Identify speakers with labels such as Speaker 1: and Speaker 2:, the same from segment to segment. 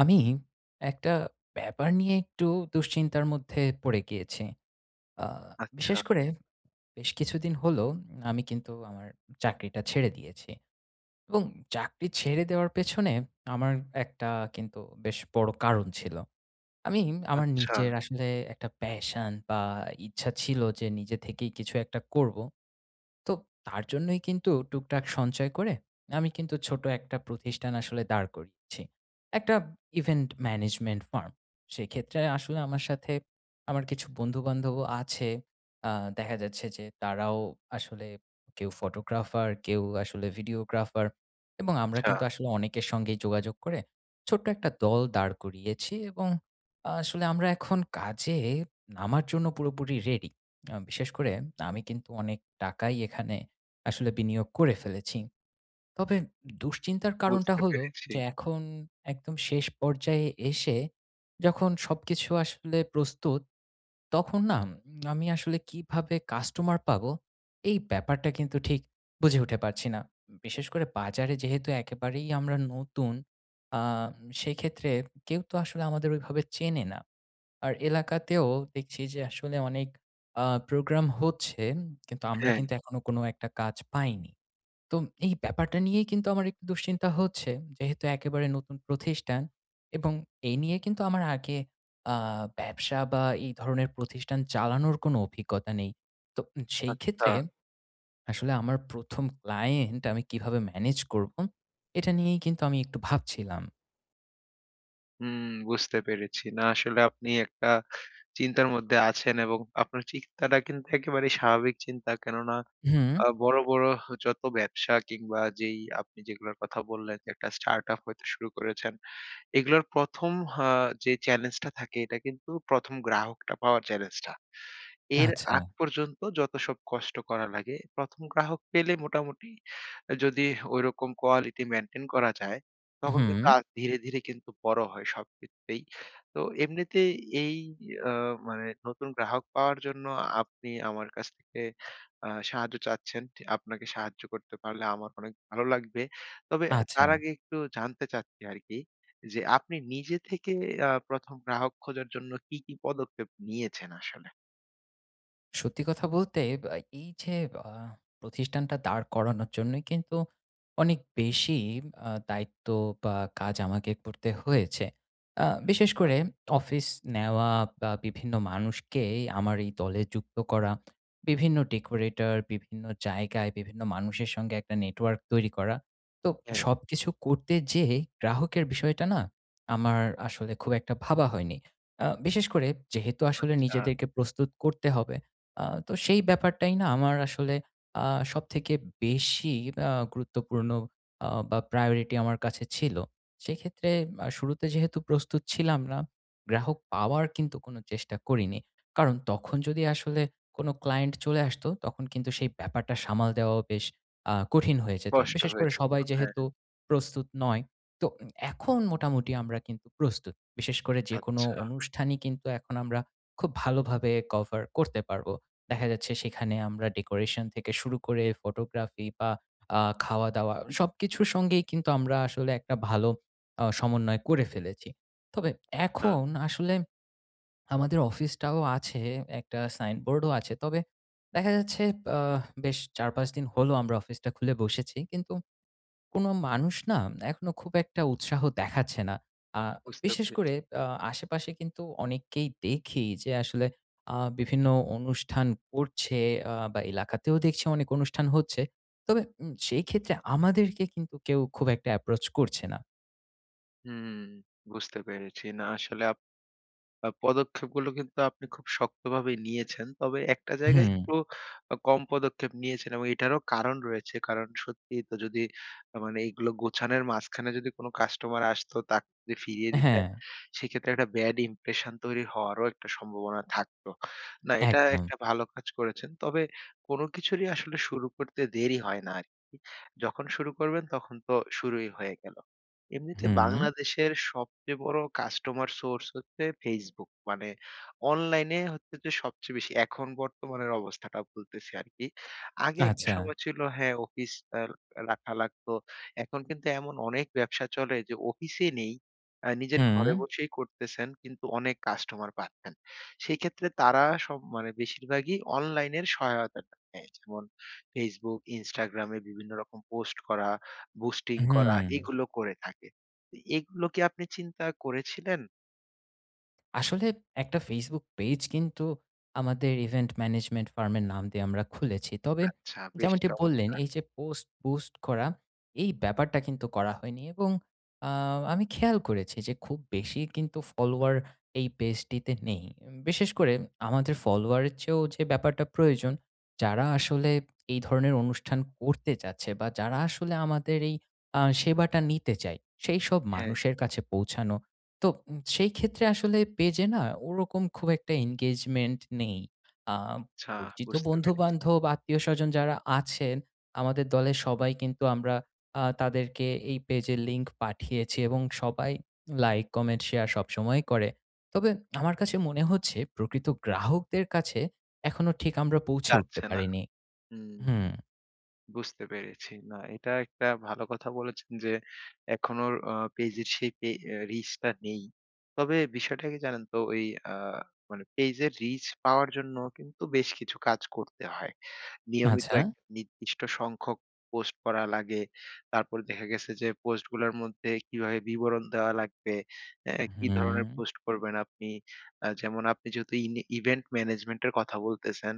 Speaker 1: আমি একটা ব্যাপার নিয়ে একটু দুশ্চিন্তার মধ্যে পড়ে গিয়েছি। আ
Speaker 2: আচ্ছা,
Speaker 1: বিশেষ করে বেশ কিছুদিন হলো আমি কিন্তু আমার চাকরিটা ছেড়ে দিয়েছি। এবং চাকরি ছেড়ে দেওয়ার পেছনে আমার একটা কিন্তু বেশ বড় কারণ ছিল। আমি আমার
Speaker 2: আচ্ছা,
Speaker 1: নিজের আসলে একটা প্যাশন বা ইচ্ছা ছিল যে নিজে থেকেই কিছু একটা করব। তো তার জন্যই কিন্তু টুকটাক সঞ্চয় করে আমি কিন্তু ছোট একটা প্রতিষ্ঠান আসলে দাঁড় করিয়েছি। একটা ইভেন্ট ম্যানেজমেন্ট ফার্ম। সেক্ষেত্রে আসলে আমার সাথে আমার কিছু বন্ধু-বান্ধবও আছে। আ দেখা যাচ্ছে যে তারাও আসলে কেউ ফটোগ্রাফার, কেউ আসলে ভিডিওগ্রাফার এবং আমরা
Speaker 2: আচ্ছা।
Speaker 1: কিন্তু আসলে অনেকের সঙ্গেই যোগাযোগ করে ছোট্ট একটা দল দাঁড় করিয়েছি এবং আসলে আমরা এখন কাজে নামার জন্য পুরোপুরি রেডি। বিশেষ করে আমি কিন্তু অনেক টাকাই এখানে আসলে বিনিয়োগ করে ফেলেছি। তবে দুশ্চিন্তার কারণটা
Speaker 2: বুঝতে
Speaker 1: হলো
Speaker 2: পেরেছি।
Speaker 1: যে এখন একদম শেষ পর্যায়ে এসে যখন সবকিছু আসলে প্রস্তুত, তখন না উম আমি আসলে কিভাবে কাস্টমার পাবো? এই ব্যাপারটা কিন্তু ঠিক বুঝে উঠে পারছি না। বিশেষ করে বাজারে যেহেতু একেবারেই আমরা নতুন, আ সেক্ষেত্রে কেউ তো আসলে আমাদের ওইভাবে চেনে না। আর এলাকাতেও দেখছি যে আসলে অনেক প্রোগ্রাম হচ্ছে। কিন্তু আমরা
Speaker 2: হ্যাঁ,
Speaker 1: কিন্তু এখনো কোনো একটা কাজ পাইনি। তো এই ব্যাপারটা নিয়েই কিন্তু আমার একটু দুশ্চিন্তা হচ্ছে। যেহেতু একেবারে নতুন প্রতিষ্ঠান এবং এই নিয়ে কিন্তু আমার আগে আ ব্যবসা বা এই ধরনের প্রতিষ্ঠান চালানোর কোনো অভিজ্ঞতা নেই। তো সেই
Speaker 2: আচ্ছা।
Speaker 1: ক্ষেত্রে আসলে আমার প্রথম ক্লায়েন্ট আমি কিভাবে ম্যানেজ করব? এটা নিয়েই কিন্তু আমি একটু ভাবছিলাম।
Speaker 2: হুম, বুঝতে পেরেছি। না আসলে আপনি একটা চিন্তার মধ্যে আছেন এবং আপনার চিন্তাটা কিন্তু একেবারেই স্বাভাবিক চিন্তা। কেননা
Speaker 1: হুম,
Speaker 2: বড়, বড় যত ব্যবসা কিংবা যেই আপনি যেগুলোর কথা বললেন যে একটা স্টার্টআপ হয়তো শুরু করেছেন। এগুলোর ১ম আ যে চ্যালেঞ্জটা থাকে এটা কিন্তু ১ম গ্রাহকটা পাওয়ার চ্যালেঞ্জটা। এর
Speaker 1: আচ্ছা।
Speaker 2: আগ পর্যন্ত যত সব কষ্ট করা লাগে, ১ম গ্রাহক পেলে মোটামুটি যদি ঐরকম কোয়ালিটি মেইনটেইন করা যায়, তখন
Speaker 1: হুম,
Speaker 2: কিন্তু ধীরে, ধীরে কিন্তু বড় হয় সবক্ষেত্রেই। তো এমনিতেই এই আ মানে নতুন গ্রাহক পাওয়ার জন্য আপনি আমার কাছ থেকে সাহায্য চাচ্ছেন। টি আপনাকে সাহায্য করতে পারলে আমার অনেক ভালো লাগবে। তবে
Speaker 1: আচ্ছা।
Speaker 2: তার আগে একটু জানতে চাচ্ছি আরকি যে আপনি নিজে থেকে ১ম গ্রাহক খোঁজার জন্য কি, কি পদক্ষেপ নিয়েছেন আসলে?
Speaker 1: সত্যি কথা বলতে বা এই যে আ প্রতিষ্ঠানটা দাঁড় করানোর জন্যই কিন্তু অনেক বেশি দায়িত্ব বা কাজ আমাকে করতে হয়েছে। বিশেষ করে অফিস নেওয়া বা বিভিন্ন মানুষকে আমার এই দলে যুক্ত করা, বিভিন্ন ডেকোরেটর, বিভিন্ন জায়গায় বিভিন্ন মানুষের সঙ্গে একটা নেটওয়ার্ক তৈরি করা। তো
Speaker 2: হ্যাঁ,
Speaker 1: সবকিছু করতে যেয়ে গ্রাহকের বিষয়টা না আমার আসলে খুব একটা ভাবা হয়নি। বিশেষ করে যেহেতু আসলে
Speaker 2: আচ্ছা
Speaker 1: নিজেদেরকে প্রস্তুত করতে হবে। তো সেই ব্যাপারটাই না আমার আসলে আ সবথেকে বেশি গুরুত্বপূর্ণ বা প্রায়োরিটি আমার কাছে ছিল। সেক্ষেত্রে শুরুতে যেহেতু প্রস্তুত ছিলাম না, গ্রাহক পাওয়ার কিন্তু কোনো চেষ্টা করিনি। কারণ তখন যদি আসলে কোনো ক্লায়েন্ট চলে আসতো, তখন কিন্তু সেই ব্যাপারটা সামাল দেওয়াও বেশ কঠিন হয়ে যেত।
Speaker 2: কষ্ট
Speaker 1: বিশেষ
Speaker 2: হয়ে
Speaker 1: করে
Speaker 2: যেত।
Speaker 1: সবাই
Speaker 2: হ্যাঁ,
Speaker 1: যেহেতু প্রস্তুত নয়। তো এখন মোটামুটি আমরা কিন্তু প্রস্তুত। বিশেষ করে যেকোনো
Speaker 2: আচ্ছা,
Speaker 1: অনুষ্ঠানই কিন্তু এখন আমরা খুব ভালোভাবে কভার করতে পারব। দেখা যাচ্ছে সেখানে আমরা ডেকোরেশন থেকে শুরু করে ফটোগ্রাফি বা আ খাওয়া-দাওয়া সবকিছুর সঙ্গেই কিন্তু আমরা আসলে একটা ভালো সমন্বয় করে ফেলেছি। তবে
Speaker 2: আ
Speaker 1: এখন আসলে আমাদের অফিসটাও আছে, একটা সাইনবোর্ডও আছে। তবে দেখা যাচ্ছে আ বেশ ৪-৫ দিন হলো আমরা অফিসটা খুলে বসেছি। কিন্তু কোনো মানুষ না এখনো খুব একটা উৎসাহ দেখাচ্ছে না। আ
Speaker 2: বুঝতে
Speaker 1: বিশেষ করে
Speaker 2: পেরেছি।
Speaker 1: আ আশেপাশে কিন্তু অনেককেই দেখি যে আসলে বিভিন্ন অনুষ্ঠান করছে বা এলাকাতেও দেখছি অনেক অনুষ্ঠান হচ্ছে। তবে সেই ক্ষেত্রে আমাদেরকে কিন্তু কেউ খুব একটা অ্যাপ্রোচ করছে না।
Speaker 2: হুম, বুঝতে পেরেছি। না আসলে পদক্ষেপগুলো কিন্তু আপনি খুব শক্তভাবে নিয়েছেন। তবে একটা জায়গায়
Speaker 1: হুম,
Speaker 2: একটু কম পদক্ষেপ নিয়েছেন এবং এটারও কারণ রয়েছে। কারণ সত্যিই তো যদি মানে এগুলো গোছানোর মাঝখানে যদি কোনো কাস্টমার আসতো তাকে যদি ফিরিয়ে দিতেন,
Speaker 1: হ্যাঁ,
Speaker 2: সেক্ষেত্রে একটা ব্যাড ইমপ্রেশন তৈরি হওয়ারও একটা সম্ভাবনা থাকতো। না, এটা
Speaker 1: একদম।
Speaker 2: একটা ভালো কাজ করেছেন। তবে কোনো কিছুরই আসলে শুরু করতে দেরি হয় না আরকি। যখন শুরু করবেন তখন তো শুরুই হয়ে গেল। এমনিতে
Speaker 1: হুম,
Speaker 2: বাংলাদেশের সবচেয়ে বড় কাস্টমার সোর্স হচ্ছে Facebook। মানে অনলাইনে হচ্ছে যে সবচেয়ে বেশি এখন বর্তমানের অবস্থাটা বলতেছি আরকি। আগে একটা
Speaker 1: আচ্ছা।
Speaker 2: সময় ছিল হ্যাঁ, অফিস আ রাখা লাগতো। এখন কিন্তু এমন অনেক ব্যবসা চলে যে অফিসে নেই। নিজের
Speaker 1: হুম,
Speaker 2: ঘরে বসেই করতেছেন কিন্তু অনেক কাস্টমার পাচ্ছেন। সেই ক্ষেত্রে তারা সব মানে বেশিরভাগই অনলাইনের সহায়তাটা নেয়। যেমন Facebook, Instagram এ বিভিন্ন রকম পোস্ট করা বুস্টিং করা
Speaker 1: হুম।
Speaker 2: এগুলো করে থাকে। তো এগুলো কি আপনি চিন্তা করেছিলেন?
Speaker 1: আসলে একটা Facebook পেজ কিন্তু আমাদের ইভেন্ট ম্যানেজমেন্ট ফার্মের নাম দিয়ে আমরা খুলেছি। তবে
Speaker 2: আচ্ছা বেশ
Speaker 1: যেমনটি বললেন,
Speaker 2: চমৎকার।
Speaker 1: এই যে পোস্ট বুস্ট করা, এই ব্যাপারটা কিন্তু করা হয়নি এবং আ আমি খেয়াল করেছি যে খুব বেশি কিন্তু ফলোয়ার এই পেজটিতে নেই। বিশেষ করে আমাদের ফলোয়ারের চেয়েও যে ব্যাপারটা প্রয়োজন, যারা আসলে এই ধরনের অনুষ্ঠান করতে চাচ্ছে বা যারা আসলে আমাদের এই সেবাটা নিতে চায়, সেই সব
Speaker 2: হ্যাঁ,
Speaker 1: মানুষের কাছে পৌঁছানো তো সেই ক্ষেত্রে আসলে পেজে না ওরকম খুব একটা এনগেজমেন্ট নেই। আ
Speaker 2: আচ্ছা
Speaker 1: পরিচিত
Speaker 2: বুঝতে পেরেছি।
Speaker 1: বন্ধু-বান্ধব, আত্মীয়স্বজন যারা আছেন, আমাদের দলের সবাই কিন্তু আমরা তাদেরকে এই পেজের লিংক পাঠিয়েছি এবং সবাই লাইক, কমেন্ট, শেয়ার সবসময় করে। তবে আমার কাছে মনে হচ্ছে প্রকৃত গ্রাহকদের কাছে এখনো ঠিক আমরা পৌঁছে উঠতে
Speaker 2: চাচ্ছে না।
Speaker 1: পারিনি।
Speaker 2: হুম,
Speaker 1: হুম,
Speaker 2: বুঝতে পেরেছি। না এটা একটা ভালো কথা বলেছেন যে এখনো পেজের সেই পে রিচটা নেই। তবে বিষয়টা কি জানেন তো ওই আ মানে পেজের রিচ পাওয়ার জন্য কিন্তু বেশ কিছু কাজ করতে হয়। নিয়মিত
Speaker 1: আচ্ছা।
Speaker 2: একটা নির্দিষ্ট সংখ্যক পোস্ট করা লাগে। তারপরে দেখা গেছে যে পোস্টগুলার মধ্যে কিভাবে বিবরণ দেওয়া লাগবে, কি
Speaker 1: হুম,
Speaker 2: ধরনের পোস্ট করবেন আপনি। যেমন আপনি যেহেতু ইভেন্ট ম্যানেজমেন্ট এর কথা বলতেছেন,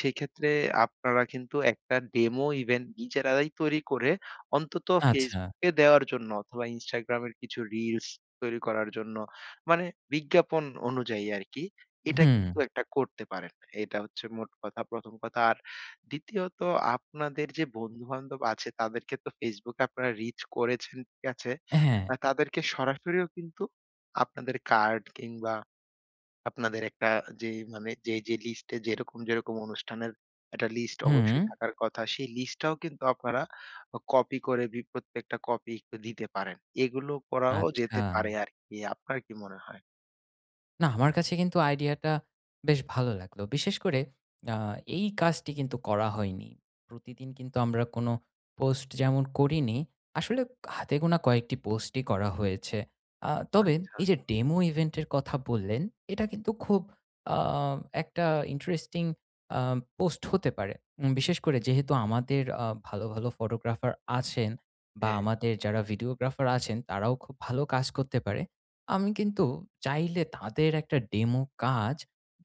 Speaker 2: সেক্ষেত্রে আপনারা কিন্তু একটা ডেমো ইভেন্ট নিজেরাই তৈরি করে অন্তত
Speaker 1: আচ্ছা।
Speaker 2: Facebook এ দেওয়ার জন্য অথবা Instagram এর কিছু রিলস তৈরি করার জন্য মানে বিজ্ঞাপন অনুযায়ী আরকি। এটা
Speaker 1: হুম,
Speaker 2: কিন্তু একটা করতে পারেন। এটা হচ্ছে মোট কথা ১ম কথা। দ্বিতীয়ত আপনাদের যে বন্ধু-বান্ধব আছে তাদেরকে তো Facebook এ আপনারা রিচ করেছেন, ঠিক আছে?
Speaker 1: হ্যাঁ,
Speaker 2: তাদেরকে সরাসরিও কিন্তু আপনাদের কার্ড কিংবা আপনাদের একটা যে মানে যে লিস্টে যেরকম, যেরকম অনুষ্ঠানের একটা লিস্ট
Speaker 1: হুম,
Speaker 2: অবশ্যই থাকার কথা, সেই লিস্টটাও কিন্তু আপনারা কপি করে প্রত্যেকটা কপি একটু দিতে পারেন। এগুলো করাও
Speaker 1: আচ্ছা।
Speaker 2: যেতে পারে আরকি। আপনার কি মনে হয়?
Speaker 1: না, আমার কাছে কিন্তু আইডিয়াটা বেশ ভালো লাগলো। বিশেষ করে আ এই কাজটি কিন্তু করা হয়নি। প্রতিদিন কিন্তু আমরা কোনো পোস্ট যেমন করিনি, আসলে হাতে গোনা কয়েকটি পোস্টই করা হয়েছে। তবে
Speaker 2: আচ্ছা,
Speaker 1: এই যে ডেমো ইভেন্ট এর কথা বললেন, এটা কিন্তু খুব আ একটা ইন্টারেস্টিং আ পোস্ট হতে পারে। বিশেষ করে যেহেতু আমাদের ভালো, ভালো ফটোগ্রাফার আছেন বা
Speaker 2: হ্যাঁ,
Speaker 1: আমাদের যারা ভিডিওগ্রাফার আছেন, তারাও খুব ভালো কাজ করতে পারে। আমি কিন্তু চাইলে তাদের একটা ডেমো কাজ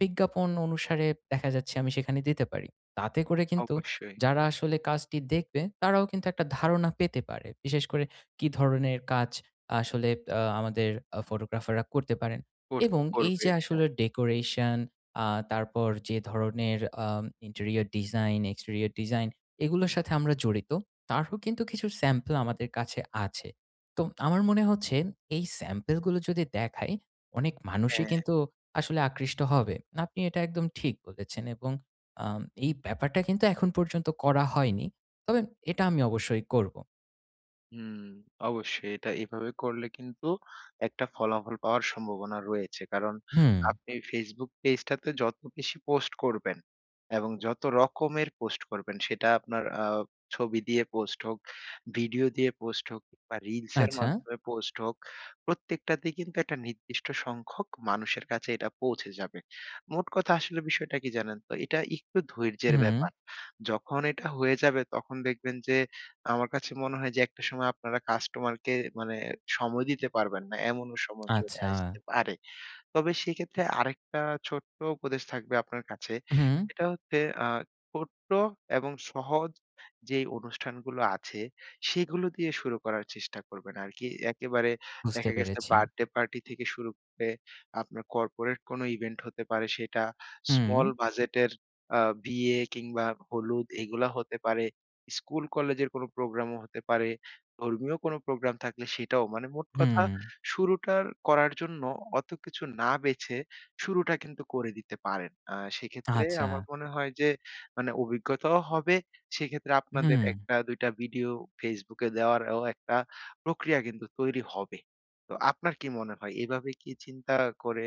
Speaker 1: বিজ্ঞাপন অনুসারে দেখা যাচ্ছে আমি সেখানে দিতে পারি। তাতে করে কিন্তু
Speaker 2: অবশ্যই।
Speaker 1: যারা আসলে কাজটি দেখবে তারাও কিন্তু একটা ধারণা পেতে পারে। বিশেষ করে কি ধরনের কাজ আসলে আমাদের ফটোগ্রাফাররা করতে পারেন
Speaker 2: কর
Speaker 1: এবং এই
Speaker 2: করবে।
Speaker 1: যে আসলে
Speaker 2: হ্যাঁ,
Speaker 1: ডেকোরেশন আ তারপর যে ধরনের ইন্টেরিয়র ডিজাইন, এক্সটেরিয়র ডিজাইন এগুলোর সাথে আমরা জড়িত। তারও কিন্তু কিছু স্যাম্পল আমাদের কাছে আছে। তো আমার মনে হচ্ছে এই স্যাম্পল গুলো যদি দেখাই, অনেক মানুষই
Speaker 2: হ্যাঁ।
Speaker 1: কিন্তু আসলে আকৃষ্ট হবে। আপনি এটা একদম ঠিক বলেছেন এবং এই ব্যাপারটা কিন্তু এখন পর্যন্ত করা হয়নি। তবে এটা আমি অবশ্যই করব।
Speaker 2: হুম, অবশ্যই এটা এভাবে করলে কিন্তু একটা ফলাফল পাওয়ার সম্ভাবনা রয়েছে। কারণ
Speaker 1: হুম,
Speaker 2: আপনি Facebook পেজটাতে যত বেশি পোস্ট করবেন এবং যত রকমের পোস্ট করবেন সেটা আপনার ছবি দিয়ে পোস্ট হোক, ভিডিও দিয়ে পোস্ট হোক বা রিলসের
Speaker 1: আচ্ছা।
Speaker 2: মাধ্যমে পোস্ট হোক, প্রত্যেকটাতেই কিন্তু একটা নির্দিষ্ট সংখ্যক মানুষের কাছে এটা পৌঁছে যাবে। মোট কথা আসলে বিষয়টা কি জানেন তো? এটা একটু ধৈর্যের
Speaker 1: হুম,
Speaker 2: ব্যাপার। যখন এটা হয়ে যাবে তখন দেখবেন যে আমার কাছে মনে হয় যে একটা সময় আপনারা কাস্টমারকে মানে সময় দিতে পারবেন না। এমনও সময় চলে
Speaker 1: আচ্ছা।
Speaker 2: আসতে পারে। তবে সেক্ষেত্রে আরেকটা ছোট্ট উপদেশ থাকবে আপনার কাছে।
Speaker 1: হুম,
Speaker 2: সেটা হচ্ছে আ ছোট্ট এবং সহজ যেই অনুষ্ঠানগুলো আছে, সেগুলো দিয়ে শুরু করার চেষ্টা করবেন আরকি। একেবারে
Speaker 1: বুঝতে
Speaker 2: দেখা গেছে
Speaker 1: পেরেছি।
Speaker 2: বার্থডে পার্টি থেকে শুরু করে আপনার কর্পোরেট কোনো ইভেন্ট হতে পারে সেটা,
Speaker 1: হুম,
Speaker 2: স্মল বাজেটের বিয়ে কিংবা হলুদ এগুলা হতে পারে। স্কুল কলেজের কোনো প্রোগ্রামও হতে পারে। ধর্মীয় কোনো প্রোগ্রাম থাকলে সেটাও। মানে মোট কথা
Speaker 1: হুম,
Speaker 2: শুরুটার করার জন্য অত কিছু না বেছে শুরুটা কিন্তু করে দিতে পারেন। সেক্ষেত্রে
Speaker 1: আচ্ছা।
Speaker 2: আমার মনে হয় যে মানে অভিজ্ঞতাও হবে। সেক্ষেত্রে আপনাদের
Speaker 1: হুম।
Speaker 2: একটা ২ টা ভিডিও Facebook এ দেওয়ারও একটা প্রক্রিয়া কিন্তু তৈরি হবে। তো আপনার কি মনে হয় এভাবে কি চিন্তা করে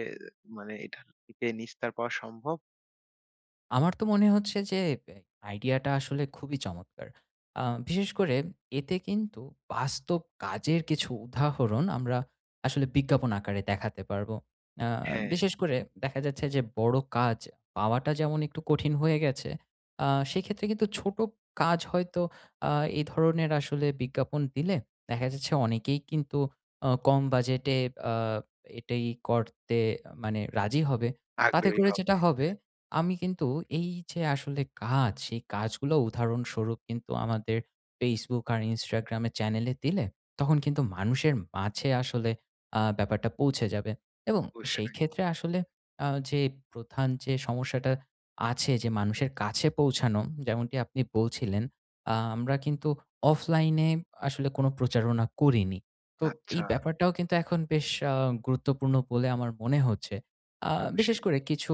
Speaker 2: মানে এটা থেকে নিস্তার পাওয়া সম্ভব?
Speaker 1: আমার তো মনে হচ্ছে যে এ আইডিয়াটা আসলে খুবই চমৎকার। আ বিশেষ করে এতে কিন্তু বাস্তব কাজের কিছু উদাহরণ আমরা আসলে বিজ্ঞাপন আকারে দেখাতে পারবো। আ
Speaker 2: হ্যাঁ,
Speaker 1: বিশেষ করে দেখা যাচ্ছে যে বড় কাজ পাওয়াটা যেমন একটু কঠিন হয়ে গেছে, আ সেক্ষেত্রে কিন্তু ছোট কাজ হয়তো আ এই ধরনের আসলে বিজ্ঞাপন দিলে দেখা যাচ্ছে অনেকেই কিন্তু কম বাজেটে আ এটাই করতে মানে রাজি হবে। তাতে
Speaker 2: আগ্রহী
Speaker 1: করে যেটা
Speaker 2: হবে।
Speaker 1: হবে আমি কিন্তু এই যে আসলে কাজ, সেই কাজগুলো উদাহরণস্বরূপ কিন্তু আমাদের Facebook আর Instagram এর চ্যানেলে দিলে তখন কিন্তু মানুষের মাঝে আসলে ব্যাপারটা পৌঁছে যাবে এবং সেই
Speaker 2: অবশ্যই।
Speaker 1: ক্ষেত্রে আসলে যে প্রধান যে সমস্যাটা আছে যে মানুষের কাছে পৌঁছানো, যেমনটি আপনি বলছিলেন, আমরা কিন্তু অফলাইনে আসলে কোনো প্রচারণা করিনি। তো এই
Speaker 2: আচ্ছা,
Speaker 1: ব্যাপারটাও কিন্তু এখন বেশ গুরুত্বপূর্ণ বলে আমার মনে হচ্ছে। আ বিশেষ
Speaker 2: অবশ্যই।
Speaker 1: করে কিছু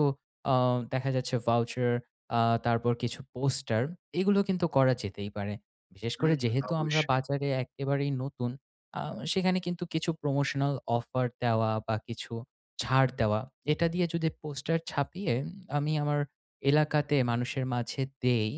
Speaker 1: আ দেখা যাচ্ছে ভাউচার আ তারপর কিছু পোস্টার এগুলো কিন্তু করা যেতেই পারে। বিশেষ করে
Speaker 2: হুম,
Speaker 1: যেহেতু আমরা
Speaker 2: অবশ্যই,
Speaker 1: বাজারে একেবারেই নতুন, আ সেখানে কিন্তু কিছু প্রমোশনাল অফার দেওয়া বা কিছু ছাড় দেওয়া, এটা দিয়ে যদি পোস্টার ছাপিয়ে আমি আমার এলাকাতে মানুষের মাঝে দেই,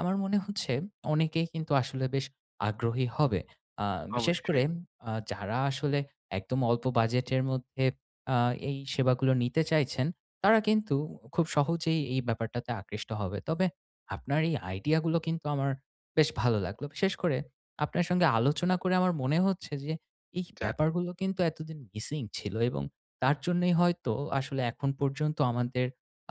Speaker 1: আমার মনে হচ্ছে অনেকেই কিন্তু আসলে বেশ আগ্রহী হবে। আ বিশেষ করে
Speaker 2: অবশ্যই।
Speaker 1: যারা আসলে একদম অল্প বাজেটের মধ্যে আ এই সেবাগুলো নিতে চাইছেন তারা কিন্তু খুব সহজেই এই ব্যাপারটাতে আকৃষ্ট হবে। তবে আপনার এই আইডিয়াগুলো কিন্তু আমার বেশ ভালো লাগলো। বিশেষ করে আপনার সঙ্গে আলোচনা করে আমার মনে হচ্ছে যে এই
Speaker 2: যাক,
Speaker 1: ব্যাপারগুলো কিন্তু এতদিন মিসিং ছিল এবং তার জন্যই হয়তো আসলে এখন পর্যন্ত আমাদের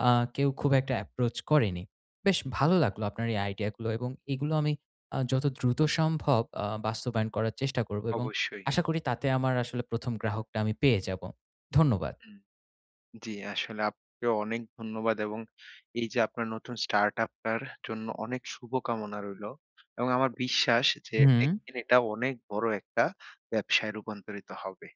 Speaker 1: আ কেউ খুব একটা অ্যাপ্রোচ করেনি। বেশ ভালো লাগলো আপনার এই আইডিয়াগুলো এবং এগুলো আমি যত দ্রুত সম্ভব বাস্তবায়ন করার চেষ্টা করব এবং
Speaker 2: অবশ্যই।
Speaker 1: আশা করি তাতে আমার আসলে প্রথম গ্রাহকটা আমি পেয়ে যাব। ধন্যবাদ।
Speaker 2: হুম। জি, আসলে আপনাকেও অনেক ধন্যবাদ এবং এই যে আপনার নতুন স্টার্টআপ টার জন্য অনেক শুভকামনা রইলো। এবং আমার বিশ্বাস যে
Speaker 1: হুম।
Speaker 2: একদিন এটা অনেক বড় একটা ব্যবসায় রূপান্তরিত হবে।